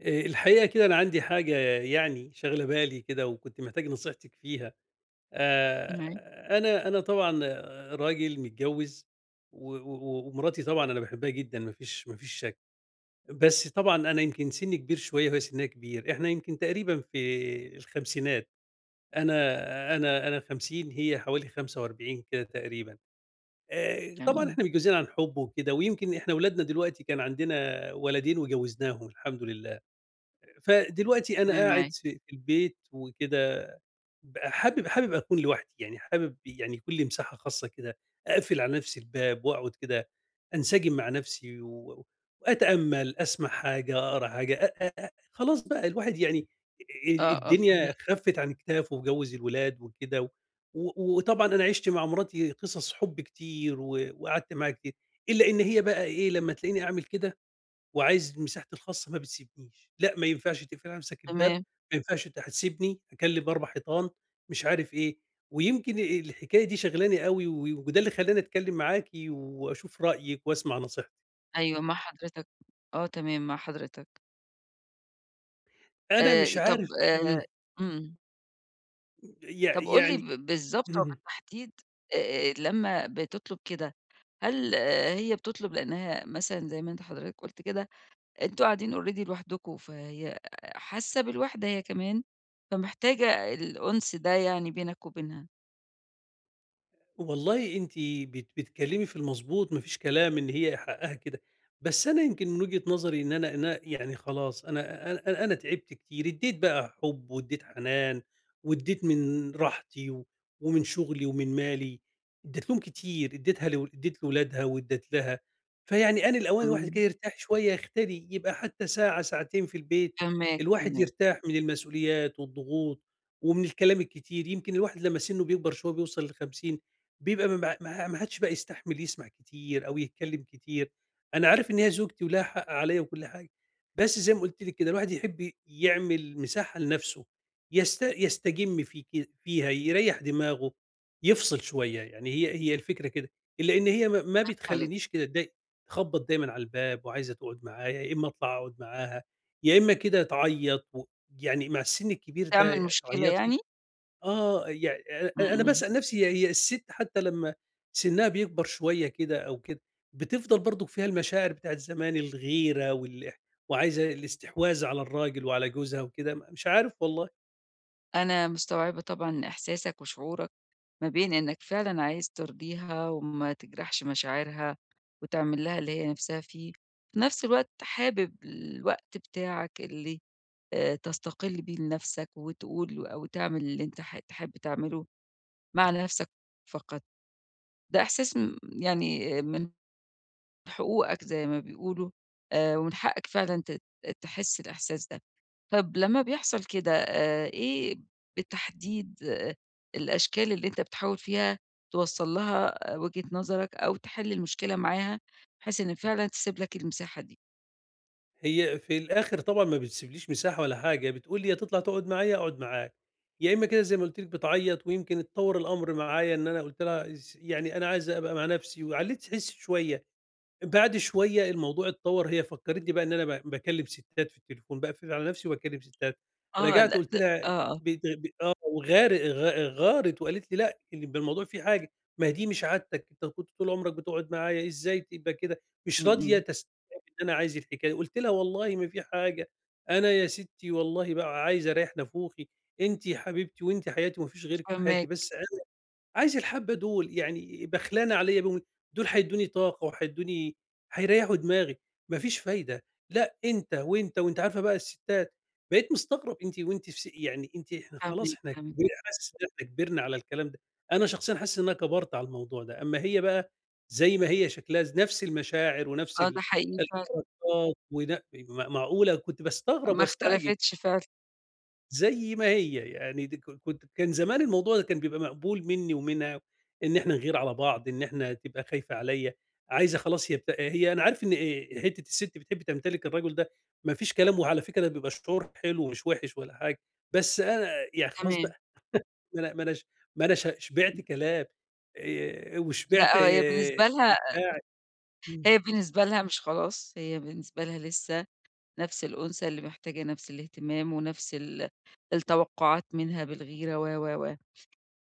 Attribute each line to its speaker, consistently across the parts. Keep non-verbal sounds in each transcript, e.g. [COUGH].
Speaker 1: الحقيقة كده أنا عندي حاجة يعني شاغلة بالي كده وكنت محتاج نصيحتِك فيها.
Speaker 2: أيوه
Speaker 1: أنا طبعًا راجل متجوّز و و ومراتي طبعًا أنا باحبها جدًا ما فيش شك، بس طبعًا أنا يمكن سِنّي كبير شوية وهي سِنّها كبير، إحنا يمكن تقريبًا في الخمسينات، أنا 50 هي حوالي 45 كده تقريبًا. طبعًا
Speaker 2: تمام،
Speaker 1: إحنا متجوّزين عن حُب وكده ويمكن إحنا ولادنا دلوقتي كان عندنا ولدين وجوّزناهم الحمد لله. فدلوقتي أنا
Speaker 2: تمام معاك،
Speaker 1: قاعد في البيت وكده ب حابب حابب أكون لوحدي، يعني حابب يعني يكون لي مساحة خاصة كده، أقفل على نفسي الباب وأقعد كده أنسجم مع نفسي وأتأمل، أسمع حاجة، أقرا حاجة، أ أ أ خلاص بقى الواحد يعني
Speaker 2: آه، آه
Speaker 1: الدنيا
Speaker 2: فاهماك،
Speaker 1: خفِّت عن كتافه وجوِّز الولاد وكده وطبعًا أنا عِشت مع مراتي قصص حُب كتير وقعدت معاها كتير، إلا إن هي بقى إيه، لمّا تلاقيني أعمل كده وعايز مساحتي الخاصة ما بتسيبنيش، لأ ما ينفعش تقفلي هامسك الباب،
Speaker 2: تمام،
Speaker 1: ما ينفعش أنت هتسيبني، هاكلم 4 حيطان، مش عارف إيه، ويمكن الحكاية دي شاغلاني أوي وده اللي خلّاني أتكلم معاكِ وأشوف رأيِك وأسمع نصيحتِك.
Speaker 2: أيوه مع حضرتك، آه تمام مع حضرتك، آآ
Speaker 1: أنا مش
Speaker 2: طب
Speaker 1: عارف [LAUGHS]
Speaker 2: آآ إمم، طب قُل لي
Speaker 1: يعني [LAUGHS]
Speaker 2: بالضبط
Speaker 1: إمم.
Speaker 2: وبالتحديد لمّا بتطلب كده، هل هي بتطلب لأنها مثلًا زي ما أنت حضرتك قُلت كده، أنتم قاعدين already لوحدكم، فهي حاسة بالوحدة هي كمان، فمحتاجة الأُنس ده يعني بينك وبينها،
Speaker 1: والله أنتِ بتتكلمي في المضبوط ما فيش كلام إن هي حقها كده، بس أنا يمكن من وجهة نظري إن أنا أنا يعني خلاص أنا تعبت كتير، ادّيت بقى حُب وادّيت حنان وادّيت من راحتي ومن شغلي ومن مالي، ادّيت لهم كتير، ادّيتها لو ادّيت لولادها وادّيت لها، فيعني آن الأوان الواحد
Speaker 2: تمام،
Speaker 1: كده يرتاح شوية يختلي، يبقى حتى ساعة ساعتين في البيت،
Speaker 2: فاهماك،
Speaker 1: الواحد
Speaker 2: فاهماك،
Speaker 1: يرتاح من المسؤوليات والضغوط ومن الكلام الكتير، يمكن الواحد لمّا سِنُّه بيكبر شوية بيوصل ل50 بيبقى ما حدش بقى يستحمل يسمع كتير أو يتكلم كتير، أنا عارف إن هي زوجتي ولها حق عليَّ وكل حاجة، بس زي ما قُلت لِك كده الواحد يحب يعمل مساحة لنفسه، يستجم في ك فيها، يريّح دماغه، يفصل شوية، يعني هي الفكرة كده، إلا إن هي ما
Speaker 2: حضرتك،
Speaker 1: بتخلينيش كده اتضايق، تخبط دايمًا على الباب وعايزة تقعد معايا، يا إما أطلع أقعد معاها، يا إما كده تعيط يعني مع السن الكبير ده
Speaker 2: تعمل
Speaker 1: يعني
Speaker 2: مشكلة
Speaker 1: تعيطي.
Speaker 2: يعني؟
Speaker 1: يع
Speaker 2: إمم،
Speaker 1: أ أنا
Speaker 2: إمم.
Speaker 1: باسأل نفسي هي السِت حتى لمّا سِنّها بيكبر شوية كده أو كده، بتفضل برضه فيها المشاعر بتاعة زمان، الغيرة وعايزة الاستحواذ على الراجل وعلى جوزها وكده، مش عارف والله.
Speaker 2: أنا مستوعبة طبعًا إحساسك وشعورك ما بين إنّك فعلًا عايز ترضيها وما تجرحش مشاعرها وتعمل لها اللي هي نفسها فيه، في نفس الوقت حابب الوقت بتاعك اللي تستقل بيه لنفسك وتقول أو تعمل اللي أنت ح تحب تعمله مع نفسك فقط. ده إحساس يعني من حقوقك زي ما بيقولوا، ومن حقك فعلًا تحس الإحساس ده. طب لمّا بيحصل كده إيه بالتحديد الأشكال اللي أنت بتحاول فيها توصّل لها وجهة نظرك أو تحل المشكلة معاها، بحيث إن فعلًا تسيب لك المساحة دي؟
Speaker 1: هي في الآخر طبعًا ما بتسيبليش مساحة ولا حاجة، بتقول لي: "يا تطلع تقعد معايا، يا أقعد معاك." يا إمّا كده زي ما قُلت لِك بتعيّط ويمكن اتطوّر الأمر معايا إن أنا قُلت لها يعني أنا عايزة أبقى مع نفسي وعلّيت حسّي شوية. بعد شوية الموضوع اتطوّر، هي فكّرتني بقى إن أنا باكلّم ستات في التليفون، باقفل على نَفْسي وباكلّم ستات،
Speaker 2: آه،
Speaker 1: رجعت
Speaker 2: لأ
Speaker 1: قُلت
Speaker 2: ده
Speaker 1: لها
Speaker 2: آه، آه،
Speaker 1: بت ب آه، وغار غ غارت وقالت لي: "لأ، ده الموضوع فيه حاجة، ما هي دي مش عادتك، أنت كنت طول عمرك بتقعد معايا، إزاي تبقى كده؟"
Speaker 2: إمم،
Speaker 1: مش راضية
Speaker 2: إمم،
Speaker 1: تستوعب إن أنا عايز الحكاية، قُلت لها: "والله ما في حاجة، أنا يا ستّي والله بقى عايز أريّح نافوخي، أنتِ حبيبتي وأنتِ حياتي وما فيش غيرِك في حياتي،
Speaker 2: فاهماك،
Speaker 1: بس أنا" عايز الحبّة دول، يعني بخلانة عليّا بيهم، دول هيدّوني طاقة وهيدّوني هيريّحوا دماغي، ما فيش فايدة، لأ أنت، وأنت، وأنت عارفة بقى الستّات، بقيت مستغرب أنتِ وأنتِ في س يعني أنتِ إحنا خلاص
Speaker 2: فاهماك،
Speaker 1: إحنا
Speaker 2: فاهماك.
Speaker 1: كبر حاسس إن إحنا كبرنا على الكلام ده، أنا شخصيًا حاسس إن أنا كبرت على الموضوع ده، أمّا هي بقى زي ما هي شكلها نفْس المشاعر ونفْس
Speaker 2: آه، ده حقيقي فعلًا،
Speaker 1: الحركات ون م معقولة! كنت باستغرب
Speaker 2: ما
Speaker 1: واستعجب.
Speaker 2: اختلفتش فعلًا،
Speaker 1: زي ما هي، يعني دي ك كنت كان زمان الموضوع ده كان بيبقى مقبول منّي ومنها، إن إحنا نغير على بعض، إن إحنا تبقى خايفة عليّا، عايزة خلاص هي بت هي أنا عارف إن حتّة السِت بتحب تمتلك الرجل ده ما فيش كلام، وعلى فكرة ده بيبقى شعور حلو ومش وِحِش ولا حاجة، بس أنا يعني خلاص
Speaker 2: تمام.
Speaker 1: بقى ما أنا ما أنا ش ما أنا شبعت كلام وشبعت
Speaker 2: لأ
Speaker 1: إبداع. إمم،
Speaker 2: هي بالنسبة لها مش خلاص، هي بالنسبة لها لسه نفس الأنثى اللي محتاجة نفس الاهتمام ونفس التوقعات منها بالغيرة و.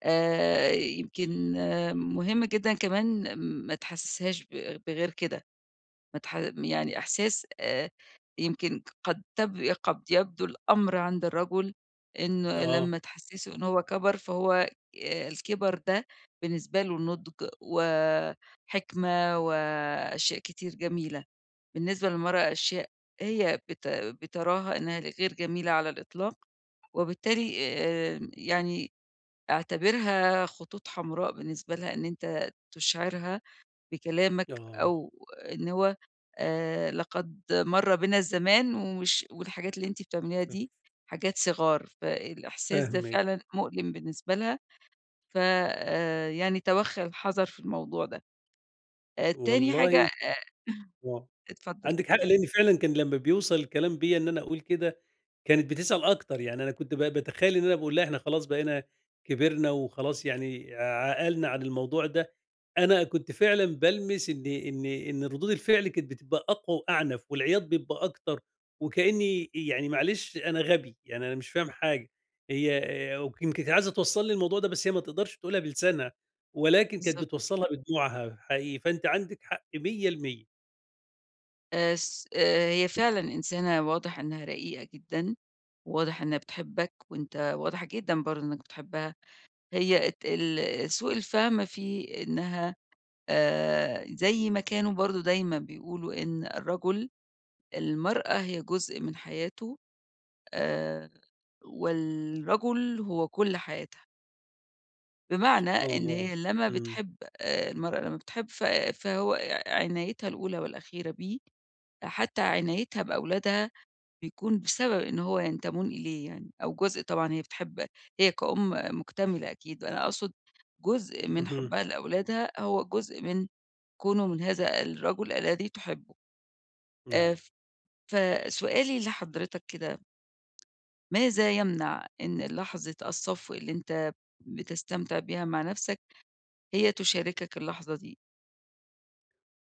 Speaker 2: يمكن مهم جدًا كمان ما تحسّسهاش بغير كده، ما تح يعني إحساس يمكن قد يبدو الأمر عند الرجل إنه
Speaker 1: آه،
Speaker 2: لمّا تحسّسه إن هو كَبَر، فهو الكِبَر ده بالنسبة له نُضج وحكمة وأشياء كتير جميلة. بالنسبة للمرأة أشياء هي بتراها إنها غير جميلة على الإطلاق، وبالتالي يعني اعتبرها خطوط حمراء بالنسبة لها إن أنت تشعرها بكلامك
Speaker 1: آه،
Speaker 2: أو إن هو لقد مَرّ بنا الزمان والحاجات اللي أنتِ بتعمليها
Speaker 1: ف
Speaker 2: دي حاجات صغار، فالإحساس ده
Speaker 1: فاهمِك،
Speaker 2: فعلًا مؤلم بالنسبة لها، ف يعني تَوَخّى الحذر في الموضوع ده. تاني حاجة
Speaker 1: والله آه،
Speaker 2: اتفضل،
Speaker 1: عندِك حق لإن فعلًا كان لمّا بيوصل الكلام بيّا إن أنا أقول كده كانت بتسأل أكتر، يعني أنا كنت باتخيّل إن أنا باقول لها إحنا خلاص بقينا كبرنا وخلاص يعني عقلنا عن الموضوع ده، أنا كنت فعلًا بالمِس إن إن ردود الفعل كانت بتبقى أقوى وأعنف والعياط بيبقى أكتر، وكإني يعني معلش أنا غبي، يعني أنا مش فاهم حاجة، هي ويمكن كانت عايزة توصّل لي الموضوع ده بس هي ما تقدرش تقولها بلسانها، ولكن كانت
Speaker 2: بالضبط.
Speaker 1: بتوصّلها بدموعها حقيقي، فأنتِ عندِك حق 100%.
Speaker 2: س هي فعلًا إنسانة واضح إنها رقيقة جدًا، وواضح إنها بتحبك، وأنت واضح جدًا برضه إنك بتحبها. هي ات ال سوء الفهم في إنها زي ما كانوا برضه دايمًا بيقولوا إن المرأة هي جزء من حياته آآ والرجل هو كل حياتها. بمعنى
Speaker 1: سبحان
Speaker 2: إن
Speaker 1: الله.
Speaker 2: هي لمّا
Speaker 1: إمم،
Speaker 2: بتحب المرأة لمّا بتحب فهو عنايتها الأولى والأخيرة بيه، حتى عنايتها بأولادها بيكون بسبب إن هو ينتمون إليه يعني، أو جزء طبعًا هي بتحب هي كأم مكتملة أكيد، أنا أقصد جزء من
Speaker 1: اهم،
Speaker 2: حُبّها لأولادها هو جزء من كونه من هذا الرجل الذي تحبه. آآ،
Speaker 1: نعم.
Speaker 2: فسؤالي لحضرتك كده، ماذا يمنع إن لحظة الصفو اللي أنت بتستمتع بيها مع نَفْسك هي تشاركك اللحظة دي؟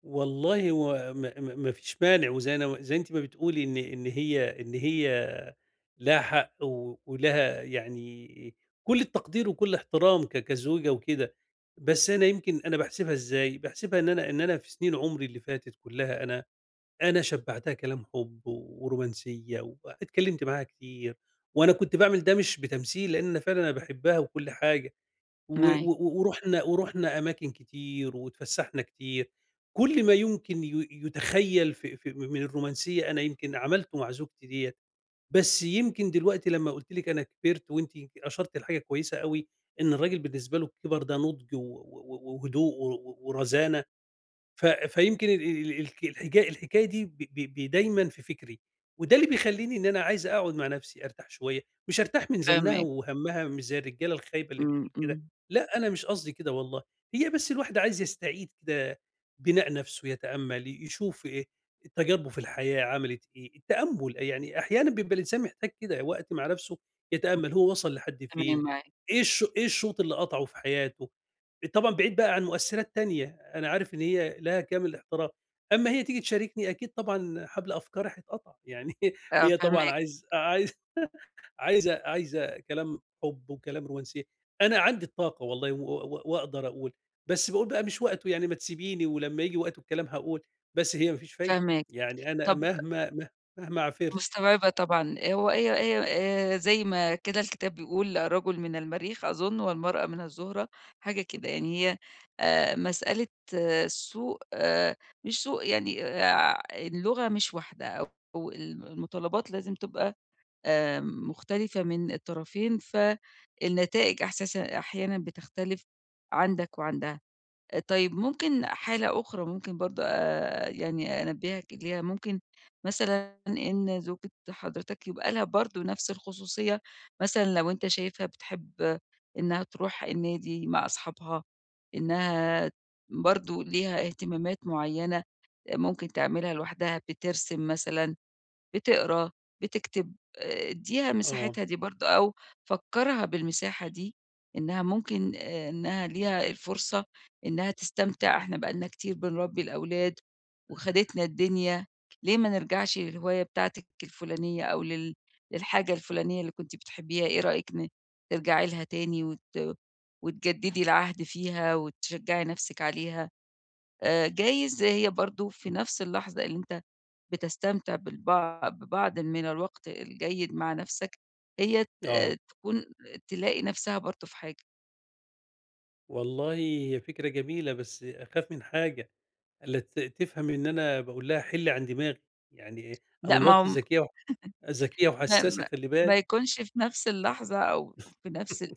Speaker 1: والله هو م م ما فيش مانع، وزي زي أنتِ ما بتقولي إن إن هي لها حق ولها يعني كل التقدير وكل احترام كزوجة وكده، بس أنا يمكن أنا باحسبها إزاي، باحسبها إن أنا في سنين عمري اللي فاتت كلها أنا شبعتها كلام حب ورومانسية واتكلمت معاها كتير، وأنا كنت باعمل ده مش بتمثيل لأن أنا فعلًا أنا باحبها وكل حاجة. و
Speaker 2: معاك،
Speaker 1: و ورُحنا ورُحنا أماكن كتير واتفسّحنا كتير، كل ما يمكن يُتخيّل في من الرومانسية أنا يمكن عملته مع زوجتي ديّة، بس يمكن دلوقتي لمّا قُلت لِك أنا كبرت وأنتِ يمكن أشرتِ لحاجة كويسة أوي، إن الراجل بالنسبة له الكِبَر ده نُضْج وهدوء ورزانة. فيمكن ال ال الك الحكا الحكاية دي ب ب ب دايمًا في فكري، وده اللي بيخلّيني إن أنا عايز أقعد مع نفسي أرتاح شوية، مش أرتاح من زنّها
Speaker 2: فاهماك،
Speaker 1: وهمّها مش زي الرجالة الخايبة اللي
Speaker 2: إمم،
Speaker 1: بتقول كده،
Speaker 2: إمم،
Speaker 1: لأ أنا مش قصدي كده والله، هي بس الواحد عايز يستعيد كده بناء نفسه، يتأمل، يشوف تجاربه في الحياة عملت إيه، التأمل يعني أحيانًا بيبقى الإنسان محتاج كده وقت مع نفسه يتأمل هو وصل لحد
Speaker 2: تمام
Speaker 1: فين،
Speaker 2: معاك،
Speaker 1: إيه الشوط اللي قطعه في حياته، طبعًا بعيد بقى عن مؤثرات تانية. أنا عارف إن هي لها كامل الاحترام، أمّا هي تيجي تشاركني أكيد طبعًا حبل أفكاري هيتقطع، يعني [LAUGHS]
Speaker 2: آه
Speaker 1: هي طبعًا
Speaker 2: فاهماك،
Speaker 1: عايز عايز [LAUGHS] عايزة كلام حُب وكلام رومانسية، أنا عندي الطاقة والله و و وأقدر أقول، بس باقول بقى مش وقته يعني ما تسيبيني ولمّا ييجي وقته الكلام هاقول، بس هي ما فيش فايدة،
Speaker 2: فاهماك.
Speaker 1: يعني أنا
Speaker 2: طَب
Speaker 1: مهما عافرت.
Speaker 2: مستوعبة طبعًا، هو هي هي زي ما كده الكتاب بيقول الرجل من المريخ أظُن والمرأة من الزُهرة، حاجة كده، يعني هي مسألة سوء مش سوء يعني اللغة مش واحدة أو المتطلبات لازم تبقى مختلفة من الطرفين، فالنتائج أحساسًا أحيانًا بتختلف عندك وعندها. طيب ممكن حالة أخرى ممكن برضه يعني أنبّهك ليها، ممكن مثلًا إن زوجة حضرتك يبقى لها برضه نفس الخصوصية، مثلًا لو أنت شايفها بتحب إنها تروح النادي مع أصحابها، إنها برضه ليها اهتمامات معيّنة ممكن تعملها لوحدها، بترسم مثلًا بتقرا، بتكتب، ادّيها
Speaker 1: آه،
Speaker 2: مساحتها دي برضه أو فكّرها بالمساحة دي، إنها ممكن إنها ليها الفرصة إنها تستمتع، إحنا بقى لنا كتير بنربّي الأولاد وخدتنا الدنيا، ليه ما نرجعش للهواية بتاعتِك الفلانية أو للحاجة الفلانية اللي كنتِ بتحبيها، إيه رأيِك ترجعي لها تاني وتجدّدي العهد فيها وتشجّعي نَفْسِك عليها؟ جايز هي برضه في نفس اللحظة اللي أنت بتستمتع ببعض من الوقت الجيد مع نفسك، هي
Speaker 1: آه،
Speaker 2: تلاقي نفسها برضه في حاجة.
Speaker 1: والله هي فكرة جميلة بس أخاف من حاجة، ألا تفهم إن أنا باقول لها حِلّي عن دماغي، يعني أنا
Speaker 2: لأ، ما هو
Speaker 1: مراتي ذكية ذكية
Speaker 2: ما
Speaker 1: وحسّاسة
Speaker 2: ما
Speaker 1: خلّي
Speaker 2: ما
Speaker 1: بالِك،
Speaker 2: يكونش في نفس اللحظة أو في نفس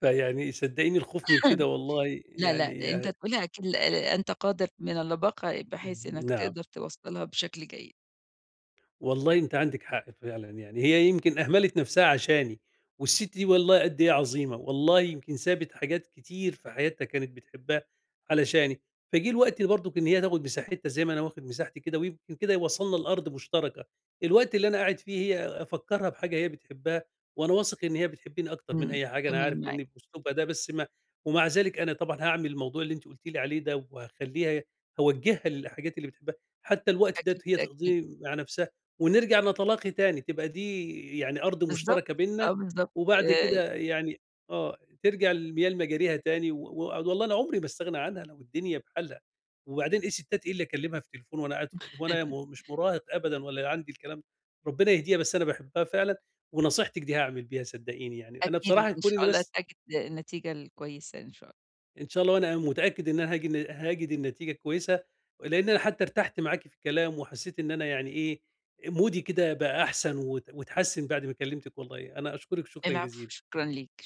Speaker 1: فيعني صدّقيني الخوف من
Speaker 2: [CLEARS THROAT]
Speaker 1: كده والله
Speaker 2: لا،
Speaker 1: يعني
Speaker 2: لأ، أنت
Speaker 1: اهم،
Speaker 2: تقولها أكيد أنت قادر من اللباقة بحيث إنك
Speaker 1: نعم.
Speaker 2: تقدر توصّلها بشكل جيد.
Speaker 1: والله أنتِ عندِك حق فعلًا، يعني هي يمكن أهملت نفسها عشاني، والست دي والله قد إيه عظيمة، والله يمكن سابت حاجات كتير في حياتها كانت بتحبها علشاني، فجه الوقت برضُك إن هي تاخد مساحتها زي ما أنا واخد مساحتي كده، ويمكن كده وصلنا لأرض مشتركة، الوقت اللي أنا قاعد فيه هي أفكّرها بحاجة هي بتحبها، وأنا واثق إن هي بتحبني أكتر من
Speaker 2: إمم،
Speaker 1: أي حاجة، أنا عارف
Speaker 2: تمام معاك،
Speaker 1: إن بأسلوبها ده بس ما. ومع ذلك أنا طبعًا هاعمل الموضوع اللي أنتِ قُلتِ لي عليه ده، وهاخلّيها هاوجّهها للحاجات اللي بتحبها، حتى الوقت ده
Speaker 2: أكيد،
Speaker 1: هي
Speaker 2: أكيد.
Speaker 1: تقضيه مع نفسها. ونرجع نتلاقي تاني، تبقى دي يعني أرض
Speaker 2: بالضبط،
Speaker 1: مشتركة
Speaker 2: آه
Speaker 1: بيننا،
Speaker 2: بالضبط.
Speaker 1: وبعد كده يعني ترجع المياه لمجاريها تاني، والله أنا عمري ما أستغنى عنها لو الدنيا بحالها، وبعدين إيه الستات إيه اللي أكلمها في التليفون وأنا قاعد هو أنا
Speaker 2: [LAUGHS]
Speaker 1: مش مراهق أبدًا ولا عندي الكلام ده، ربنا يهديها بس أنا باحبها فعلًا، ونصيحتِك دي هاعمل بيها صدقيني يعني، أنا
Speaker 2: أكيد
Speaker 1: بصراحة
Speaker 2: وإن
Speaker 1: كون إني
Speaker 2: شاء الله
Speaker 1: بس
Speaker 2: تجد النتيجة الكويسة إن شاء الله.
Speaker 1: إن شاء الله وأنا متأكد إن أنا هاجد النتيجة كويسة، لإن أنا حتى ارتحت معاكِ في الكلام وحسيت إن أنا يعني إيه، مودي كده بقى أحسن واتحسن بعد ما كلمتِك والله، أنا أشكرِك شكرًا
Speaker 2: العفو،
Speaker 1: جزيلًا.
Speaker 2: شكرًا ليك.